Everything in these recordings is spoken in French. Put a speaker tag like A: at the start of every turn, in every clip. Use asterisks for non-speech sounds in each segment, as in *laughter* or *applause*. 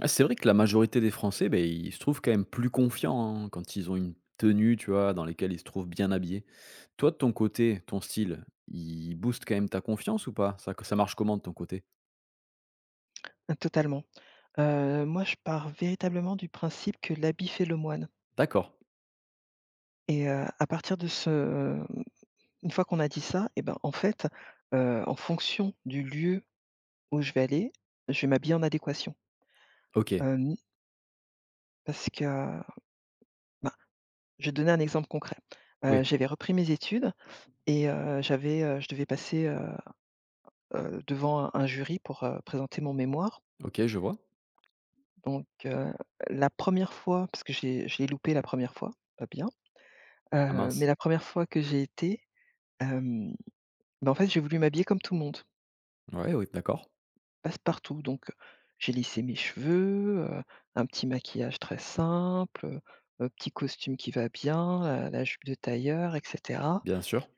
A: Ah, c'est vrai que la majorité des Français, ben, ils se trouvent quand même plus confiants, hein, quand ils ont une tenue, tu vois, dans lesquelles ils se trouvent bien habillés. Toi, de ton côté, ton style, il booste quand même ta confiance ou pas? Ça marche comment de ton côté?
B: Totalement. Moi, je pars véritablement du principe que l'habit fait le moine
A: D'accord,
B: et à partir de ce, une fois qu'on a dit ça et ben, en fait, en fonction du lieu où je vais aller, je vais m'habiller en adéquation.
A: OK,
B: Hem, parce que ben, je vais te donner un exemple concret. Heu,
A: oui,
B: j'avais repris mes études et je devais passer, devant un jury pour, présenter mon mémoire.
A: OK, je vois.
B: Donc, la première fois parce que j'ai, l'ai je l'ai loupé la première fois, pas bien,
A: Ah
B: mais
A: mince.
B: la première fois que j'ai été. Hem, bah, en fait, j'ai voulu m'habiller comme tout le monde,
A: Ouais, oui, d'accord,
B: passe-partout, donc j'ai lissé mes cheveux, un petit maquillage très simple, petit costume qui va bien, la jupe de tailleur et cetera.
A: bien sûr.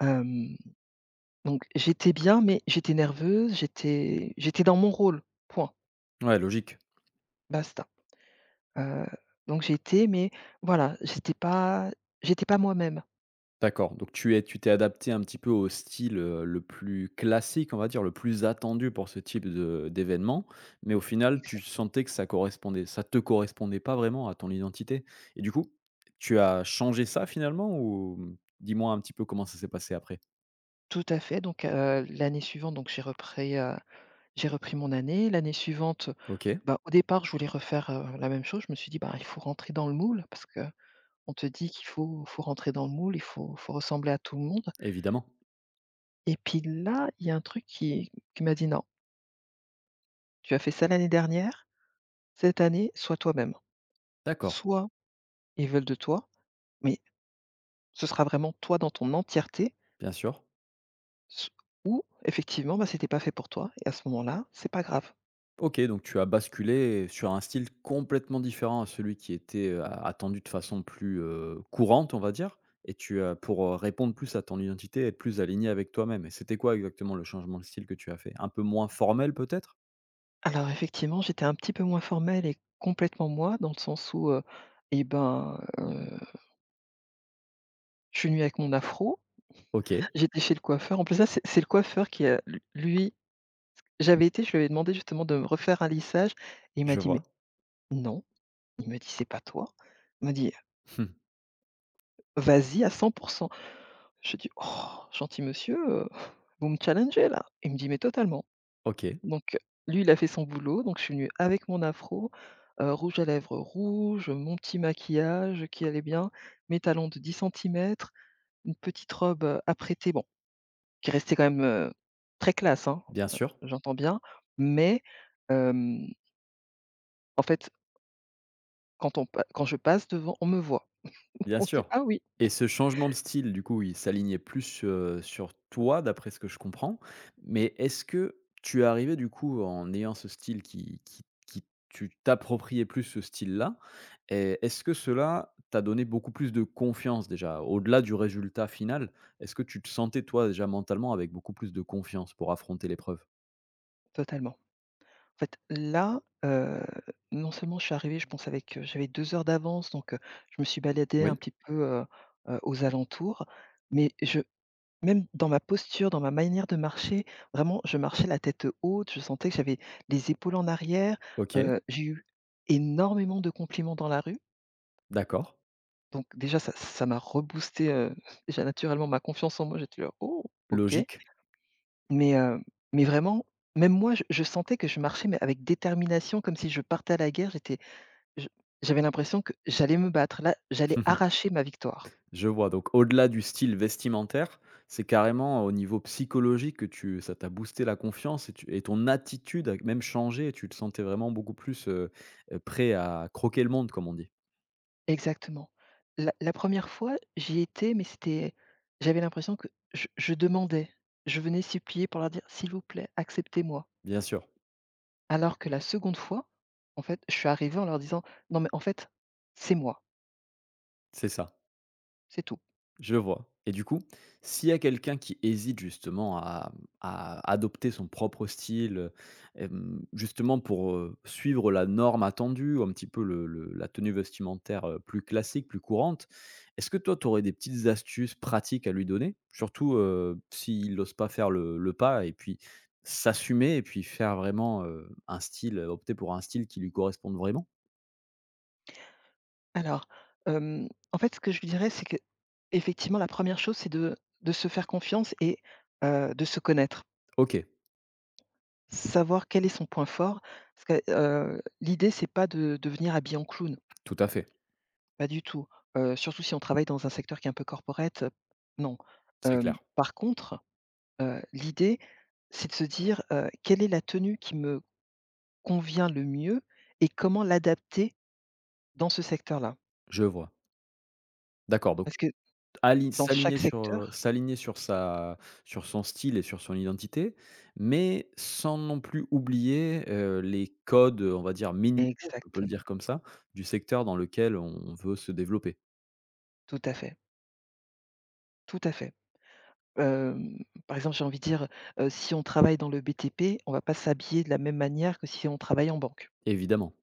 B: Hem, donc j'étais bien, mais j'étais nerveuse, j'étais dans mon rôle, point,
A: Ouais, logique.
B: basta. Heu, donc j'étais, mais voilà, j'étais pas moi-même.
A: D'accord, donc tu t'es adapté un petit peu au style, le plus classique, on va dire, le plus attendu pour ce type de d'événement, mais au final, tu
B: Exactement.
A: sentais que ça te correspondait pas vraiment à ton identité et du coup, tu as changé ça finalement ou dis-moi un petit peu comment ça s'est passé après?
B: Tout à fait, donc l'année suivante, donc j'ai repris. J'ai repris mon année. L'année suivante,
A: OK,
B: bah, au départ, je voulais refaire, la même chose. Je me suis dit: «Bah, il faut rentrer dans le moule» parce que on te dit qu'il faut rentrer dans le moule, il faut ressembler à tout le monde.
A: évidemment.
B: Et puis là, il y a un truc qui m'a dit: «Non, tu as fait ça l'année dernière, cette année, sois toi-même.
A: D'accord,
B: Soit ils veulent de toi, mais ce sera vraiment toi dans ton entièreté,
A: bien sûr.
B: s ou effectivement, bah, c'était pas fait pour toi et à ce moment-là, c'est pas grave».
A: OK, donc tu as basculé sur un style complètement différent à celui qui était, a attendu de façon plus, courante, on va dire et tu as pour, répondre plus à ton identité, être plus aligné avec toi-même et c'était quoi exactement le changement de style que tu as fait? Un peu moins formel peut-être?
B: Alors effectivement, j'étais un petit peu moins formelle et complètement moi, dans le sens où, eh ben, je suis venue avec mon afro,
A: OK,
B: j'étais chez le coiffeur. En plus, ça, c'est le coiffeur qui a lu lui, je lui avais demandé justement de me refaire un lissage et il m'a
A: je
B: dit: «Mais
A: vois.
B: non», il me dit: «C'est pas toi». Il m'a dit: «Vas-y à 100%». Je dis: «Oh, gentil monsieur, vous me challengez là». Il me dit: «Mais totalement».
A: *laughs* OK,
B: Donc lui, il a fait son boulot, donc je suis venue avec mon afro, rouge à lèvres rouge, mon petit maquillage qui allait bien, mes talons de 10 centimètres, une petite robe, apprêtée, bon, qui restait quand même, très classe, hein,
A: bien sûr.
B: j'entends bien. Mais, hem, en fait, quand je passe devant, on me voit.
A: Bien
B: On dit:
A: sûr
B: «Ah oui!»
A: et ce changement de style, du coup, il s'alignait plus, sur toi, d'après ce que je comprends. Mais est-ce que tu es arrivé, du coup, en ayant ce style qui tu t'appropriais plus ce style-là et est-ce que cela t'a donné beaucoup plus de confiance, déjà? Au-delà du résultat final, est-ce que tu te sentais, toi, déjà, mentalement avec beaucoup plus de confiance pour affronter l'épreuve?
B: Totalement. En fait, là, non seulement je suis arrivée, je pense, avec, j'avais 2 heures d'avance, donc, je me suis baladée un
A: Oui,
B: petit peu, aux alentours, mais je même dans ma posture, dans ma manière de marcher, vraiment, je marchais la tête haute, je sentais que j'avais les épaules en arrière.
A: OK,
B: J'ai eu énormément de compliments dans la rue,
A: d'accord,
B: donc déjà ça m'a reboosté, *laughs* déjà naturellement ma confiance en moi, j'étais là: «Oh OK».
A: logique.
B: Mais, heu, mais vraiment, même moi je sentais que je marchais, mais avec détermination, comme si je partais à la guerre, je j'avais l'impression que j'allais me battre, là, j'allais
A: *laughs*
B: arracher ma victoire.
A: Je vois, donc au-delà du style vestimentaire, c'est carrément au niveau psychologique que tu ça t'a boosté la confiance et tu et ton attitude a même changé et tu te sentais vraiment beaucoup plus, prêt à croquer le monde, comme on dit?
B: Exactement. La 1re fois, j'y étais, mais c'était j'avais l'impression que je demandais, je venais supplier pour leur dire: «S'il vous plaît, acceptez-moi».
A: Bien sûr,
B: Alors que la seconde fois, en fait, je suis arrivé en leur disant: «Non mais en fait, c'est moi,
A: c'est ça.
B: c'est tout».
A: Je vois. Et du coup, s'il y a quelqu'un qui hésite justement à adopter son propre style, justement pour, suivre la norme attendue ou un petit peu le la tenue vestimentaire, plus classique, plus courante, est-ce que toi tu aurais des petites astuces pratiques à lui donner? Surtout, s'il n'ose pas faire le pas et puis s'assumer et puis faire vraiment, un style, opter pour un style qui lui corresponde vraiment?
B: Alors, en fait, ce que je lui dirais, c'est que effectivement la première chose, c'est de se faire confiance et de se connaître.
A: OK,
B: Savoir quel est son point fort, parce que, l'idée, c'est pas de devenir habillé en clown.
A: tout à fait,
B: Pas du tout, surtout si on travaille dans un secteur qui est un peu corporate, non.
A: c'est
B: Hem,
A: clair.
B: par contre, l'idée, c'est de se dire: «Quelle est la tenue qui me convient le mieux et comment l'adapter dans ce secteur-là?»
A: Je vois. D'accord donc
B: parce que
A: Ali
B: dans chaque secteur
A: s'aligner sur sa sur son style et sur son identité, mais sans non plus oublier, les codes, on va dire minimaux, si on peut le dire
B: exactement,
A: comme ça, du secteur dans lequel on veut se développer.
B: tout à fait, tout à fait. Hem, par exemple, j'ai envie de dire, si on travaille dans le BTP, on va pas s'habiller de la même manière que si on travaille en banque.
A: Évidemment,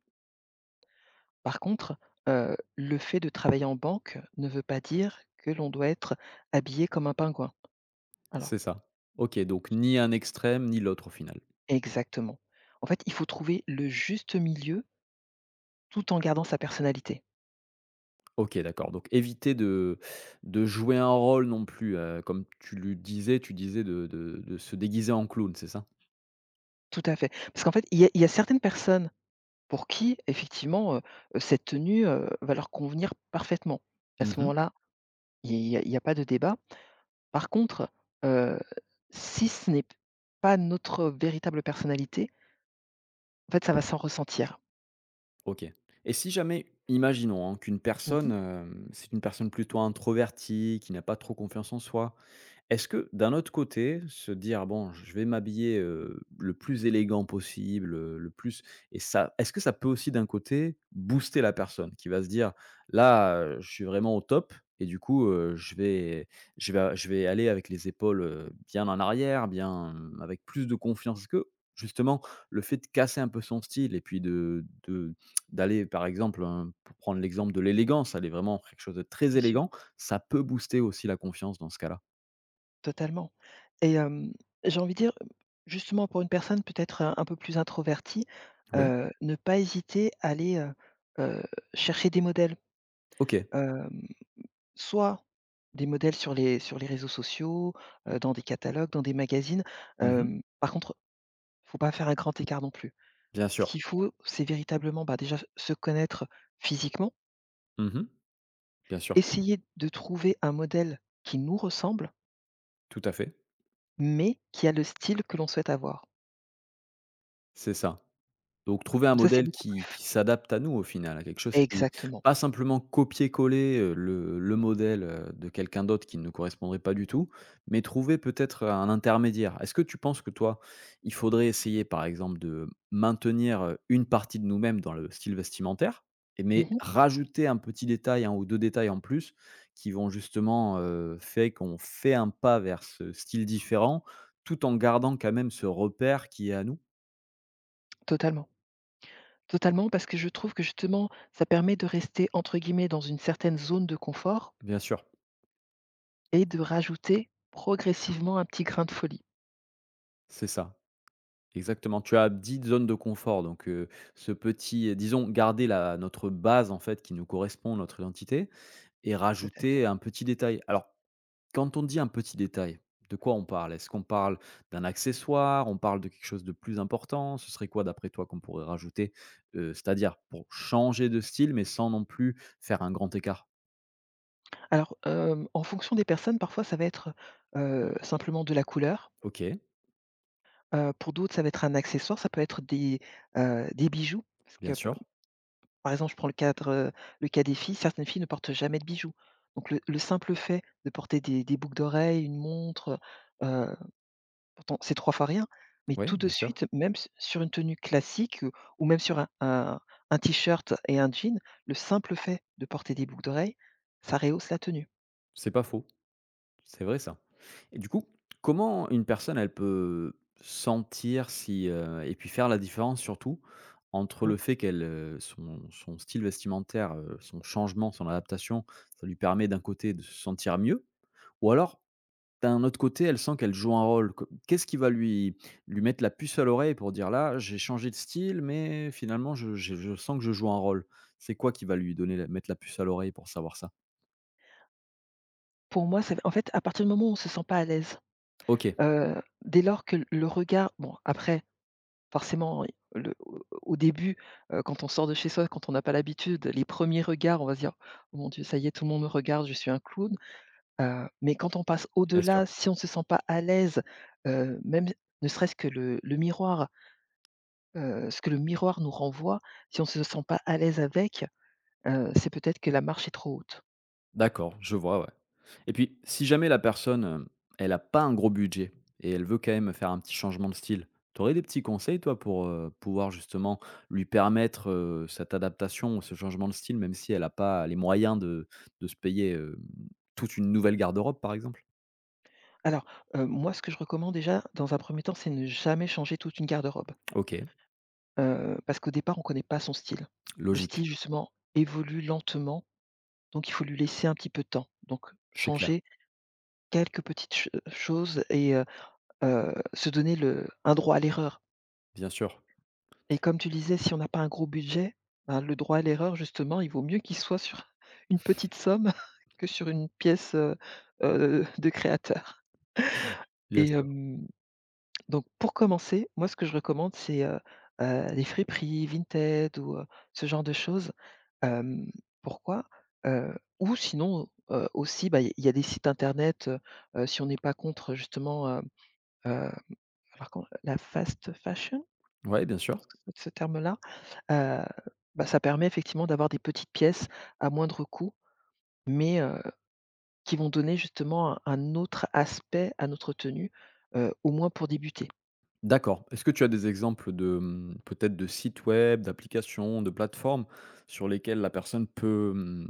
B: Par contre, le fait de travailler en banque ne veut pas dire que l'on doit être habillé comme un pingouin. Alors
A: c'est ça. OK, donc ni un extrême, ni l'autre au final.
B: exactement. En fait, il faut trouver le juste milieu tout en gardant sa personnalité.
A: OK, d'accord, donc éviter de jouer un rôle non plus, comme tu le disais, tu disais de se déguiser en clown, c'est ça?
B: Tout à fait. Parce qu'en fait, il y a certaines personnes pour qui effectivement, cette tenue, va leur convenir parfaitement. À ce
A: Mmh.
B: moment-là, il y a pas de débat. Par contre, heu, si ce n'est pas notre véritable personnalité, en fait, ça va s'en ressentir.
A: OK. Et si jamais, imaginons, hein, qu'une personne,
B: Mmh.
A: c'est une personne plutôt introvertie, qui n'a pas trop confiance en soi, est-ce que d'un autre côté, se dire: «Ah «Bon, je vais m'habiller, le plus élégant possible, le plus» et ça est-ce que ça peut aussi d'un côté booster la personne qui va se dire: «Là, je suis vraiment au top et du coup, je vais je vais aller avec les épaules, bien en arrière, bien, avec plus de confiance». Est-ce que justement le fait de casser un peu son style et puis de d'aller par exemple, hein, pour prendre l'exemple de l'élégance, aller vraiment faire quelque chose de très
B: Bien sûr.
A: élégant, ça peut booster aussi la confiance dans ce cas-là?
B: Totalement. Et j'ai envie de dire, justement pour une personne peut-être, un peu plus introvertie,
A: Oui.
B: ne pas hésiter à aller, heu, chercher des modèles.
A: OK.
B: Hem, soit des modèles sur les réseaux sociaux, dans des catalogues, dans des magazines.
A: Mmh.
B: Par contre, faut pas faire un grand écart non plus.
A: Bien
B: Ce
A: sûr.
B: qu'il faut, c'est véritablement, bah, déjà se connaître physiquement,
A: Mmh. Bien sûr.
B: essayer de trouver un modèle qui nous ressemble,
A: Tout à fait.
B: mais qui a le style que l'on souhaite avoir.
A: C'est ça. Donc trouver un
B: Comme ça, c'est
A: modèle
B: beaucoup
A: qui s'adapte à nous au final, à quelque chose qui
B: exactement.
A: pas simplement copier-coller, le modèle, de quelqu'un d'autre qui ne correspondrait pas du tout, mais trouver peut-être un intermédiaire. Est-ce que tu penses que toi, il faudrait essayer par exemple de maintenir, une partie de nous-mêmes dans le style vestimentaire et
B: Mmh
A: mais
B: mh.
A: rajouter un petit détail, un ou 2 détails en plus qui vont justement, fait qu'on fait un pas vers ce style différent, tout en gardant quand même ce repère qui est à nous?
B: Totalement. Totalement, parce que je trouve que justement, ça permet de rester entre guillemets «dans une certaine zone de confort»
A: Bien sûr,
B: et de rajouter progressivement un petit grain de folie.
A: c'est ça. Exactement, tu as 10 zones de confort donc ce petit disons garder la notre base en fait qui nous correspond, notre identité et
B: Tout à fait.
A: rajouter un petit détail. Alors quand on dit un petit détail, de quoi on parle? Est-ce qu'on parle d'un accessoire? On parle de quelque chose de plus important? Ce serait quoi d'après toi qu'on pourrait rajouter? C'est-à-dire pour changer de style mais sans non plus faire un grand écart?
B: Alors, en fonction des personnes, parfois ça va être, simplement de la couleur,
A: OK,
B: pour d'autres ça va être un accessoire, ça peut être des bijoux parce
A: bien
B: que p
A: sûr.
B: par exemple, je prends le cas des filles, certaines filles ne portent jamais de bijoux. Donc le simple fait de porter des boucles d'oreilles, une montre, heu Pourtant, c'est trois fois rien, mais
A: Oui,
B: tout de
A: bien sûr,
B: suite, même s sur une tenue classique, ou même sur un t-shirt et un jean, le simple fait de porter des boucles d'oreilles, ça rehausse la tenue.
A: c'est pas faux. C'est vrai ça. Et du coup, comment une personne, elle peut sentir si, et puis faire la différence surtout entre le
B: Mmh.
A: fait qu'elle, son style vestimentaire, son changement, son adaptation, ça lui permet d'un côté de se sentir mieux ou alors d'un autre côté, elle sent qu'elle joue un rôle. Co qu'est-ce qui va lui mettre la puce à l'oreille pour dire: «Là, j'ai changé de style, mais finalement je sens que je joue un rôle». C'est quoi qui va lui donner la mettre la puce à l'oreille pour savoir ça?
B: Pour moi, c'est en fait à partir du moment où on se sent pas à l'aise,
A: OK.
B: dès lors que le regard, bon, après forcément, le au au début, quand on sort de chez soi, quand on n'a pas l'habitude, les premiers regards, on va se dire: «Oh mon Dieu, ça y est, tout le monde me regarde, je suis un clown». Mais quand on passe
A: Bien sûr.
B: au-delà, si on ne se sent pas à l'aise, même ne serait-ce que le miroir, ce que le miroir nous renvoie, si on ne se sent pas à l'aise avec, c'est peut-être que la marche est trop haute.
A: D'accord, je vois, ouais. Et puis, si jamais la personne, elle a pas un gros budget et elle veut quand même faire un petit changement de style, tu aurais des petits conseils, toi, pour, pouvoir justement lui permettre, cette adaptation ou ce changement de style, même si elle a pas les moyens de se payer, toute une nouvelle garde-robe, par exemple?
B: Alors, moi, ce que je recommande déjà, dans un premier temps, c'est ne jamais changer toute une garde-robe,
A: OK,
B: parce qu'au départ, on ne connaît pas son style. Le
A: logique,
B: style, justement, évolue lentement, donc il faut lui laisser un petit peu de temps. Donc
A: c'est clair.
B: changer quelques petites ch choses et se donner le un droit à l'erreur.
A: Bien sûr.
B: Et comme tu disais, si on n'a pas un gros budget, ben, le droit à l'erreur, justement, il vaut mieux qu'il soit sur *laughs* une petite somme *laughs* que sur une pièce, *laughs* de créateur.
A: Bien
B: Et
A: sûr.
B: donc pour commencer, moi ce que je recommande, c'est, les friperies, Vinted ou ce genre de choses. Hem, pourquoi? Heu, ou sinon, aussi, bah, il y a des sites internet, si on n'est pas contre justement, heu, alors comment? La fast fashion?
A: Ouais, bien sûr.
B: Ce terme-là, heu, bah, ça permet effectivement d'avoir des petites pièces à moindre coût, mais qui vont donner justement un autre aspect à notre tenue, au moins pour débuter.
A: D'accord. Est-ce que tu as des exemples de, mmh, peut-être de sites web, d'applications, de plateformes sur lesquelles la personne peut,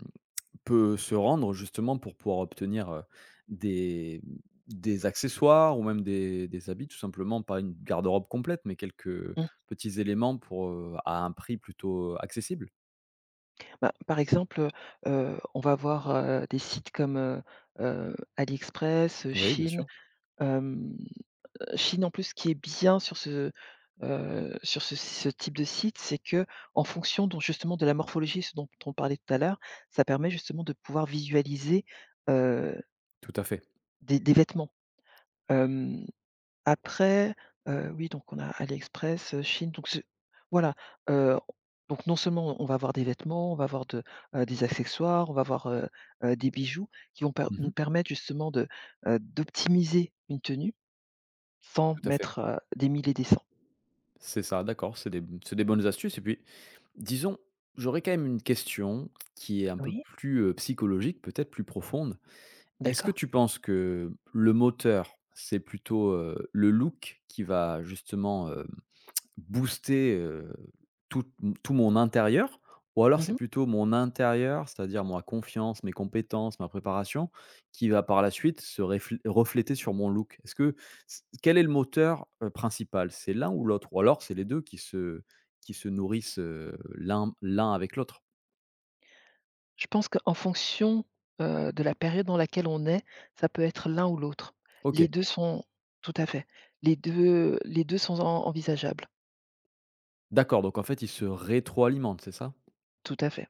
A: peut se rendre justement pour pouvoir obtenir, des des accessoires ou même des habits tout simplement, pas une garde-robe complète, mais quelques
B: Mmh.
A: petits éléments pour, à un prix plutôt accessible?
B: Bah, par exemple, on va voir, des sites comme, AliExpress,
A: Oui, bien
B: Chine.
A: sûr.
B: Hem, Chine, en plus, ce qui est bien sur ce ce type de site, c'est que en fonction, donc, justement, de la morphologie, ce dont on parlait tout à l'heure, ça permet justement de pouvoir visualiser, heu,
A: Tout à fait.
B: des vêtements. Hem, après, oui, donc on a AliExpress, Chine, donc ce voilà, heu, donc non seulement on va avoir des vêtements, on va avoir des accessoires, on va avoir, des bijoux qui vont per nous
A: Mmh.
B: permettre justement d'optimiser une tenue. Sans
A: Tout à fait.
B: mettre, des mille et des 100.
A: C'est ça, d'accord, c'est des bonnes astuces et puis, disons, j'aurais quand même une question qui est un peu
B: Oui,
A: plus, psychologique, peut-être plus profonde. Est-ce que
B: d'accord.
A: tu penses que le moteur, c'est plutôt, le look qui va justement, hem booster, tout tout mon intérieur ou alors c'est
B: Mmh.
A: plutôt mon intérieur, c'est-à-dire ma confiance, mes compétences, ma préparation qui va par la suite se réfl refléter sur mon look? Est-ce que c quel est le moteur, principal? C'est l'un ou l'autre? Ou alors c'est les 2 qui se nourrissent, l'un avec l'autre?
B: Je pense qu'en fonction, de la période dans laquelle on est, ça peut être l'un ou l'autre. Les
A: OK,
B: deux sont tout à fait. Les deux sont en envisageables,
A: d'accord, donc en fait ils se rétroalimentent, c'est ça?
B: tout à fait.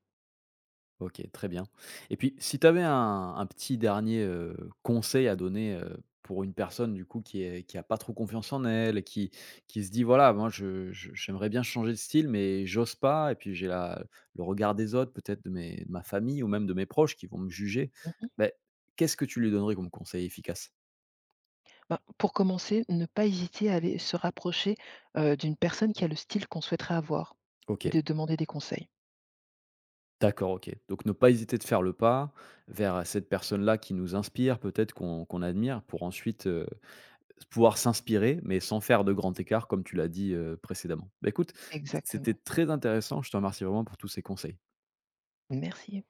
A: OK, très bien. Et puis, si tu avais un petit dernier, conseil à donner, pour une personne du coup qui a pas trop confiance en elle, qui se dit: «Voilà, moi je j'aimerais bien changer de style, mais j'ose pas et puis j'ai la le regard des autres, peut-être de ma famille ou même de mes proches qui vont me juger».
B: Mmh.
A: Beh, qu'est-ce que tu lui donnerais comme conseil efficace?
B: Ben, pour commencer, ne pas hésiter à aller se rapprocher, d'une personne qui a le style qu'on souhaiterait avoir, et
A: OK,
B: de demander des conseils.
A: d'accord, OK. Donc ne pas hésiter de faire le pas vers, cette personne-là qui nous inspire, peut-être qu'on admire pour ensuite, pouvoir s'inspirer, mais sans faire de grand écart comme tu l'as dit, précédemment. Bah, écoute, c'était
B: Exactement.
A: très intéressant. Je te remercie vraiment pour tous ces conseils.
B: Merci.